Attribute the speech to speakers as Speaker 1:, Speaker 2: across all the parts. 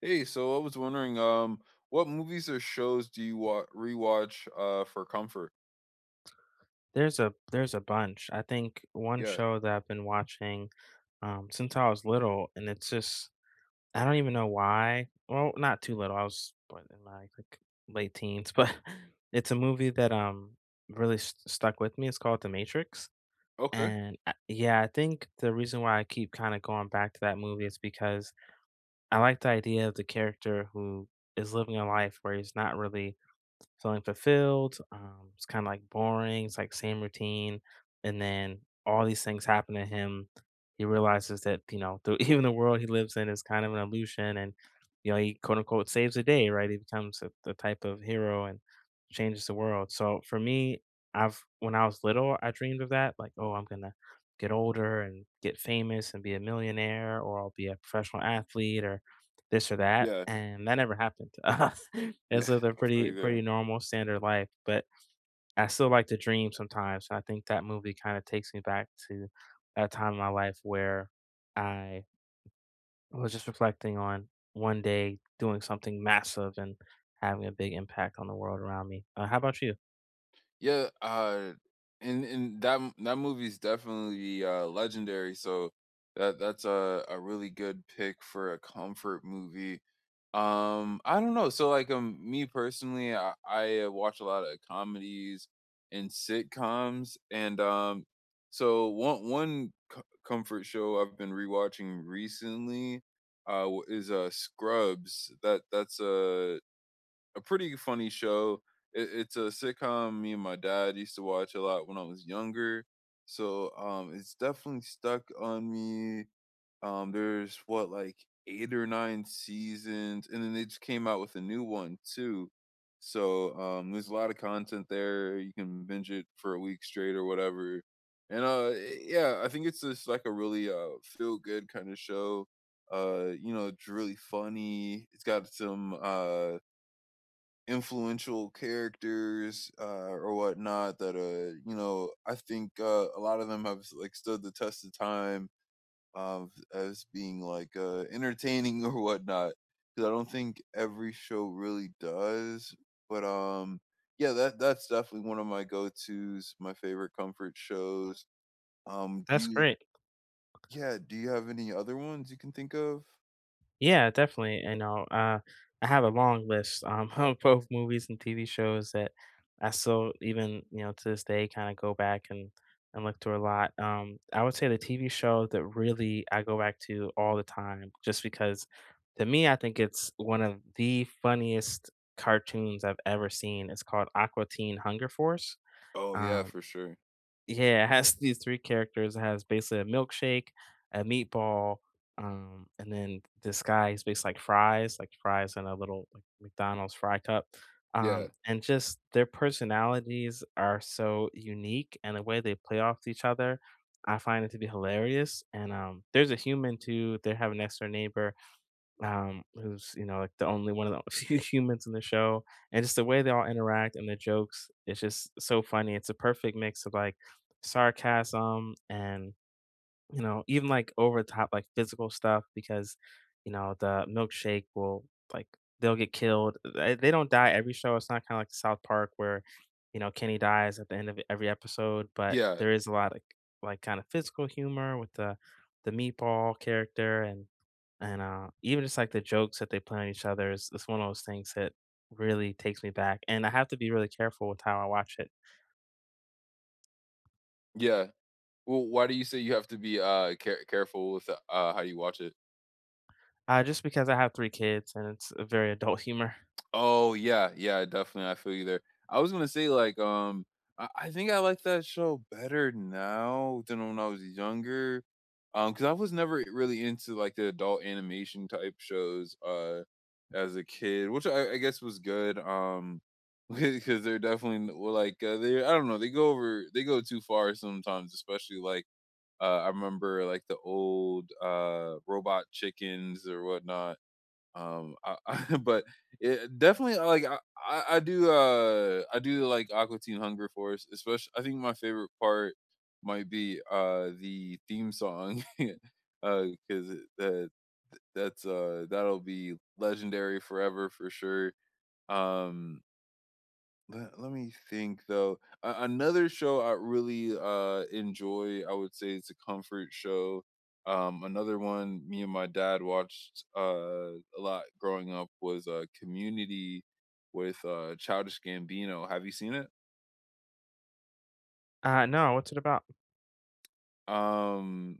Speaker 1: Hey, so I was wondering, what movies or shows do you wa rewatch, for comfort?
Speaker 2: There's a bunch. I think one
Speaker 1: Yeah.
Speaker 2: show that I've been watching, since I was little, and it's just I don't even know why. Well, not too little. I was what, in my like late teens, but it's a movie that really stuck with me. It's called The Matrix,
Speaker 1: Okay.
Speaker 2: and yeah, I think the reason why I keep kind of going back to that movie is because I like the idea of the character who is living a life where he's not really feeling fulfilled. It's kind of like boring. It's like same routine. And then all these things happen to him. He realizes that, you know, even the world he lives in is kind of an illusion. And, you know, he quote unquote saves the day, right? He becomes the type of hero and changes the world. So for me, when I was little, I dreamed of that. Like, oh, I'm going to get older and get famous and be a millionaire, or I'll be a professional athlete, or this or that,
Speaker 1: Yeah.
Speaker 2: and that never happened to us. It's
Speaker 1: Yeah.
Speaker 2: lived a
Speaker 1: I feel
Speaker 2: pretty
Speaker 1: you there.
Speaker 2: pretty normal standard life, but I still like to dream sometimes, and I think that movie kinda takes me back to that time in my life where I was just reflecting on one day doing something massive and having a big impact on the world around me. How about you?
Speaker 1: Yeah, and that movie's definitely legendary, so that's a really good pick for a comfort movie. I don't know, so like me personally, I watch a lot of comedies and sitcoms and so one comfort show I've been rewatching recently is Scrubs. That's a pretty funny show. It's a sitcom me and my dad used to watch a lot when I was younger. So it's definitely stuck on me. There's what like eight or nine seasons and then they just came out with a new one too. So there's a lot of content there. You can binge it for a week straight or whatever. And yeah, I think it's just like a really feel good kind of show. You know, it's really funny. It's got some influential characters or whatnot that you know I think a lot of them have like stood the test of time of as being like entertaining or whatnot, because I don't think every show really does, but yeah, that's definitely one of my go-tos, my favorite comfort shows. Do
Speaker 2: That's
Speaker 1: you
Speaker 2: great.
Speaker 1: Yeah, do you have any other ones you can think of?
Speaker 2: Yeah, definitely. I have a long list of both movies and TV shows that I still, even you know, to this day, kind of go back and look through a lot. I would say the TV show that really I go back to all the time, just because to me, I think it's one of the funniest cartoons I've ever seen. It's called Aqua Teen Hunger Force.
Speaker 1: Oh yeah,
Speaker 2: Um,
Speaker 1: for sure.
Speaker 2: yeah, it has these three characters. It has basically a milkshake, a meatball, and then this guy is basically like fries in a little, like, McDonald's fry cup,
Speaker 1: Yeah.
Speaker 2: and just their personalities are so unique, and the way they play off each other, I find it to be hilarious, and, there's a human too. They have an extra neighbor who's you know like the only one of the few humans in the show, and just the way they all interact and the jokes, it's just so funny. It's a perfect mix of like sarcasm and you know, even like over the top like physical stuff because, you know, the milkshake will like they'll get killed. They don't die every show. It's not kind of like South Park where, you know, Kenny dies at the end of every episode, but
Speaker 1: Yeah.
Speaker 2: there is a lot of like kind of physical humor with the meatball character and and even just like the jokes that they play on each other is it's one of those things that really takes me back and I have to be really careful with how I watch it
Speaker 1: Yeah. Well, why do you say you have to be, careful with, how you watch it?
Speaker 2: just because I have three kids and it's a very adult humor
Speaker 1: Oh, yeah, yeah, definitely, I feel you there. I was gonna say, like, I think I like that show better now than when I was younger, because I was never really into, like, the adult animation type shows, as a kid, which I guess was good, because 'cause they're definitely n well, like, they I don't know, they go too far sometimes, especially, like, I remember like the old robot chickens or whatnot. I, I, but it definitely like I, I do I do like Aqua Teen Hunger Force. Especially, I think my favorite part might be the theme song, because that'll be legendary forever for sure. Um, let me think though. A Another show I really enjoy, I would say it's a comfort show. Another one me and my dad watched a lot growing up was Community with Childish Gambino. Have you seen it?
Speaker 2: no, what's it about?
Speaker 1: Um,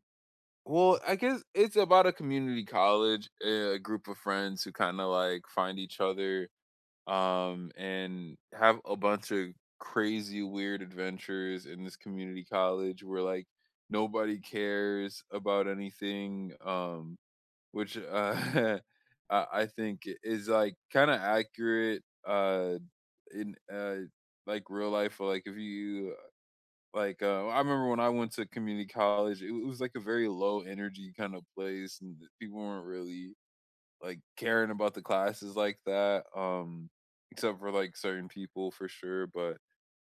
Speaker 1: well, I guess it's about a community college, a group of friends who kind of like find each other, and have a bunch of crazy, weird adventures in this community college where like nobody cares about anything, which I think is like kind of accurate, in like real life. Like if you like, I remember when I went to community college, it was like a very low energy kind of place, and people weren't really like caring about the classes like that, except for like certain people for sure. But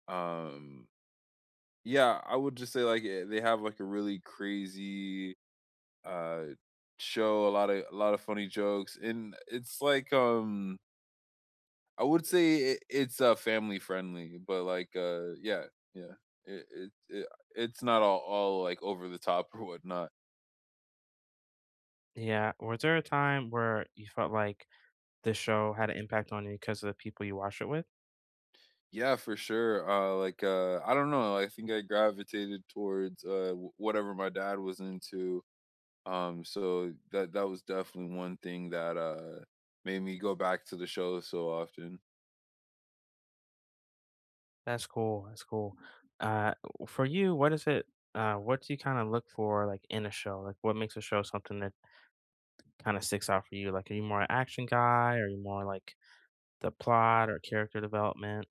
Speaker 1: um, yeah, I would just say like they have like a really crazy uh show, a lot of funny jokes, and it's like I would say it's family friendly, but like yeah, yeah, it, it, it it's not all like over the top or whatnot.
Speaker 2: Yeah. Was there a time where you felt like the show had an impact on you because of the people you watched it with?
Speaker 1: Yeah, for sure. Like, I don't know. I think I gravitated towards whatever my dad was into. So that was definitely one thing that made me go back to the show so often.
Speaker 2: That's cool. That's cool. For you, what is it? What do you kind of look for, like in a show? Like, what makes a show something that kind of sticks out for you? Like, are you more an action guy? Or are you more like the plot or character development?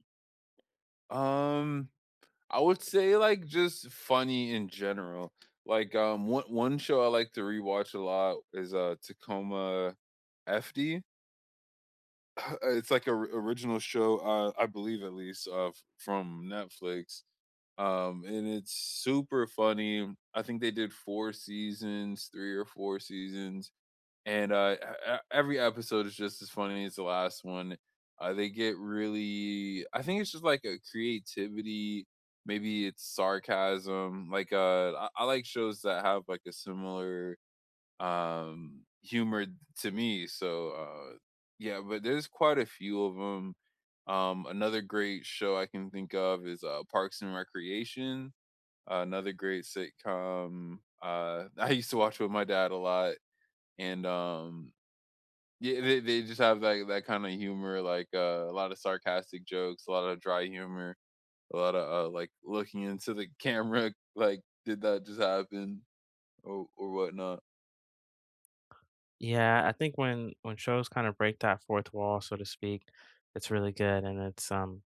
Speaker 1: Um, I would say like just funny in general. Like, one show I like to rewatch a lot is Tacoma FD. It's like a original show, I believe at least, f from Netflix, and it's super funny. I think they did 4 seasons, 3 or 4 seasons, and, e e every episode is just as funny as the last one. They get really — I think it's just like a creativity, maybe it's sarcasm, like, I like shows that have, like, a similar humor to me, so yeah, but there's quite a few of them. Another great show I can think of is Parks and Recreation, another great sitcom I used to watch with my dad a lot. And yeah, they just have like that kind of humor, like a lot of sarcastic jokes, a lot of dry humor, a lot of like looking into the camera like, did that just happen, or whatnot.
Speaker 2: Yeah, I think when shows kind of break that fourth wall, so to speak, it's really good, and it's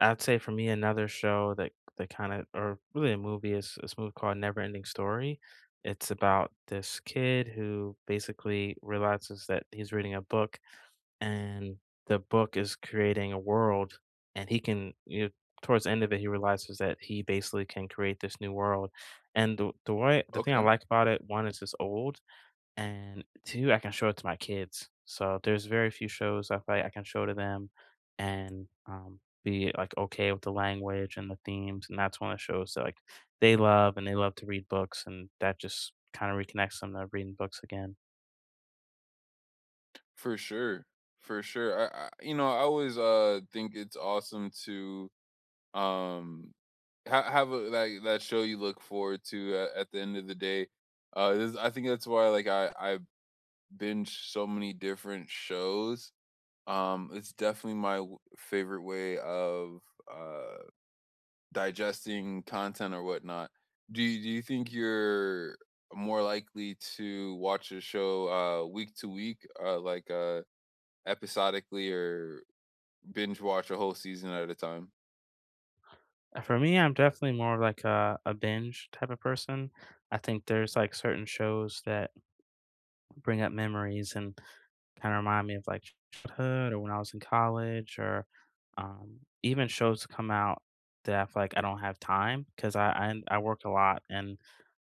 Speaker 2: I'd say for me, another show that kind of, or really a movie, is this movie called Never Ending Story. It's about this kid who basically realizes that he's reading a book, and the book is creating a world, and he can, you know, towards the end of it, he realizes that he basically can create this new world. And the way the thing I
Speaker 1: Okay.
Speaker 2: like about it, one, is it's old, and two, I can show it to my kids. So there's very few shows I feel like I can show to them and, be, like, okay with the language and the themes, and that's one of the shows that, like, they love, and they love to read books, and that just kinda reconnects them to reading books again.
Speaker 1: For sure. For sure. I You know, I always think it's awesome to um have a like that show you look forward to at the end of the day. I think that's why like I binge so many different shows. It's definitely my favorite way of uh digesting content or whatnot. Do you think you're more likely to watch a show week to week, episodically, or binge watch a whole season at a time?
Speaker 2: For me, I'm definitely more of, like, a binge type of person. I think there's, like, certain shows that bring up memories, and kinda remind me of, like, childhood or when I was in college or, even shows come out that I feel like I don't have time 'cause I work a lot, and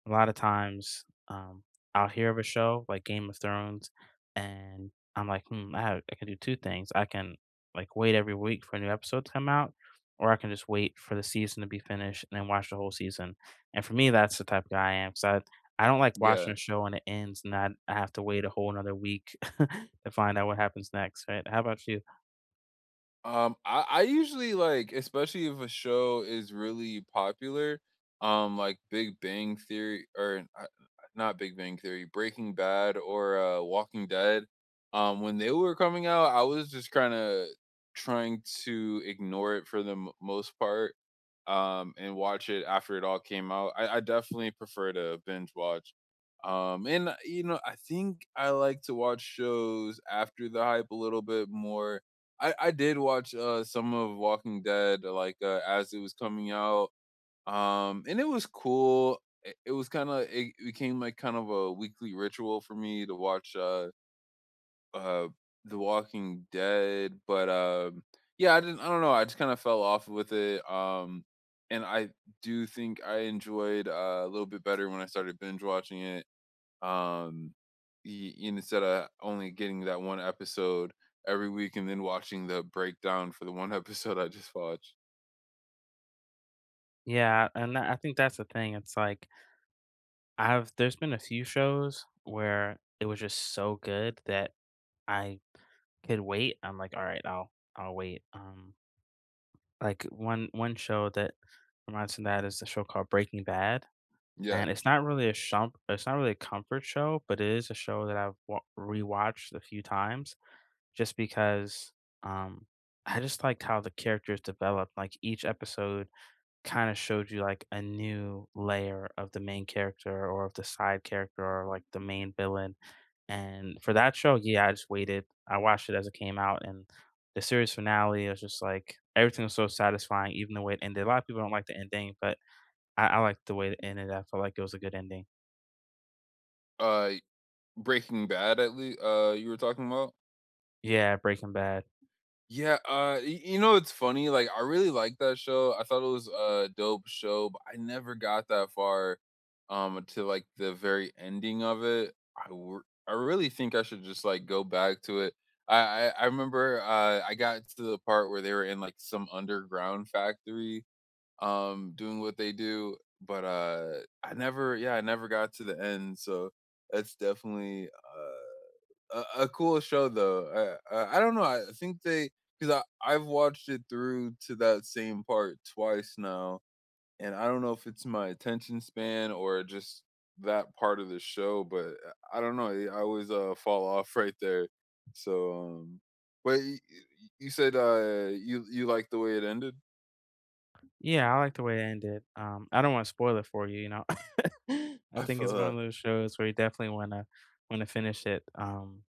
Speaker 2: a lot of times, I'll hear of a show like Game of Thrones, and I'm like, "Hmm, I have I can do two things. I can, like, wait every week for a new episode to come out, or I can just wait for the season to be finished and then watch the whole season." And for me, that's the type of guy I am. I don't like watching
Speaker 1: Yeah.
Speaker 2: a show and it ends and I have to wait a whole another week to find out what happens next, right? How about you?
Speaker 1: Um, I usually like, especially if a show is really popular, like Big Bang Theory or not Big Bang Theory, Breaking Bad or Walking Dead. When they were coming out, I was just kind of trying to ignore it for the most part, and watch it after it all came out. I definitely prefer to binge watch. And you know, I think I like to watch shows after the hype a little bit more. I did watch, some of Walking Dead, like, as it was coming out, and it was cool. It was kinda — it became, like, kind of a weekly ritual for me to watch, uh, The Walking Dead, but, yeah, I don't know, I just kinda fell off with it, and I do think I enjoyed, a little bit better when I started binge watching it, um instead of only getting that one episode every week and then watching the breakdown for the one episode I just watched.
Speaker 2: Yeah, and I think that's the thing. It's like I've there's been a few shows where it was just so good that I could wait. I'm like, "All right, I'll wait." Like one show that reminds me of that is a show called Breaking Bad,
Speaker 1: Yeah.
Speaker 2: and it's not really a shump it's not really a comfort show, but it is a show that I've wa rewatched a few times. Just because um I just liked how the characters developed. Like each episode kind of showed you like a new layer of the main character or of the side character or like the main villain. And for that show, yeah, I just waited. I watched it as it came out and the series finale was just like everything was so satisfying, even the way it ended. A lot of people don't like the ending, but I like the way it ended. I felt like it was a good ending.
Speaker 1: Uh Breaking Bad at least you were talking about?
Speaker 2: Yeah, Breaking Bad.
Speaker 1: Yeah, y you know, it's funny, like, I really liked that show, I thought it was a dope show, but I never got that far, to like, the very ending of it. I really think I should just, like, go back to it. I remember, I got to the part where they were in, like, some underground factory, doing what they do, but, I never yeah, I never got to the end, so that's definitely, a cool show though. I don't know. I think they — because I've watched it through to that same part twice now, and I don't know if it's my attention span or just that part of the show, but I don't know. I always fall off right there. So, but you said you like the way it ended.
Speaker 2: Yeah, I like the way it ended. I don't want to spoil it for you, you know. I
Speaker 1: I
Speaker 2: think it's one of those shows where you definitely wanna finish it.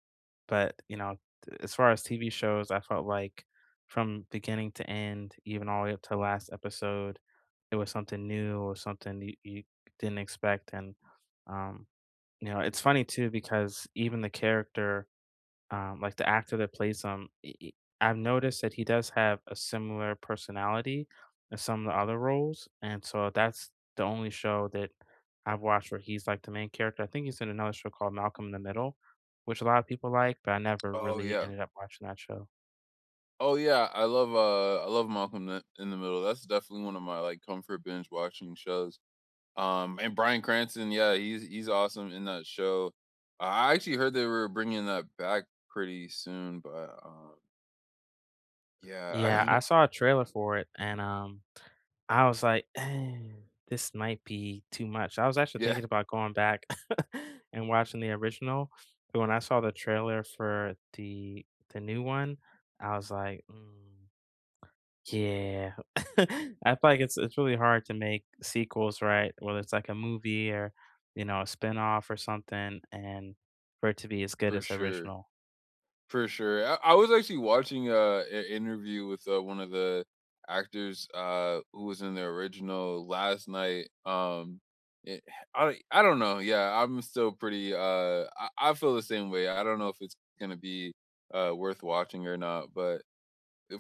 Speaker 2: But, you know, t as far as TV shows, I felt like from beginning to end, even all the way up to last episode, it was something new or something you didn't expect, and, um, you know, it's funny too because even the character like the actor that plays him, I've noticed that he does have a similar personality in some of the other roles, and so that's the only show that I've watched where he's like the main character. I think he's in another show called Malcolm in the Middle, which a lot of people like, but I never
Speaker 1: Oh
Speaker 2: really
Speaker 1: yeah.
Speaker 2: ended up watching that show.
Speaker 1: Oh yeah, I love Malcolm in the Middle. That's definitely one of my like comfort binge watching shows. And Bryan Cranston, yeah, he's awesome in that show. I actually heard they were bringing that back pretty soon, but yeah,
Speaker 2: Yeah, I saw a trailer for it and, I was like, "Eh, this might be too much." I was actually
Speaker 1: yeah,
Speaker 2: thinking about going back and watching the original, but when I saw the trailer for the new one, I was like, "Mm, yeah." I feel like it's really hard to make sequels, right? Whether it's like a movie or, you know, a spinoff or something, and for it to be as good
Speaker 1: for
Speaker 2: as the
Speaker 1: sure,
Speaker 2: original.
Speaker 1: for sure. I was actually watching an interview with one of the actors who was in the original last night. It, I don't know. Yeah, I'm still pretty. I feel the same way. I don't know if it's gonna be worth watching or not, but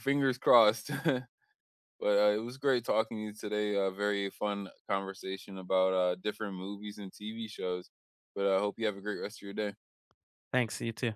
Speaker 1: fingers crossed. But it was great talking to you today. A very fun conversation about different movies and TV shows. But I hope you have a great rest of your day.
Speaker 2: Thanks, you too.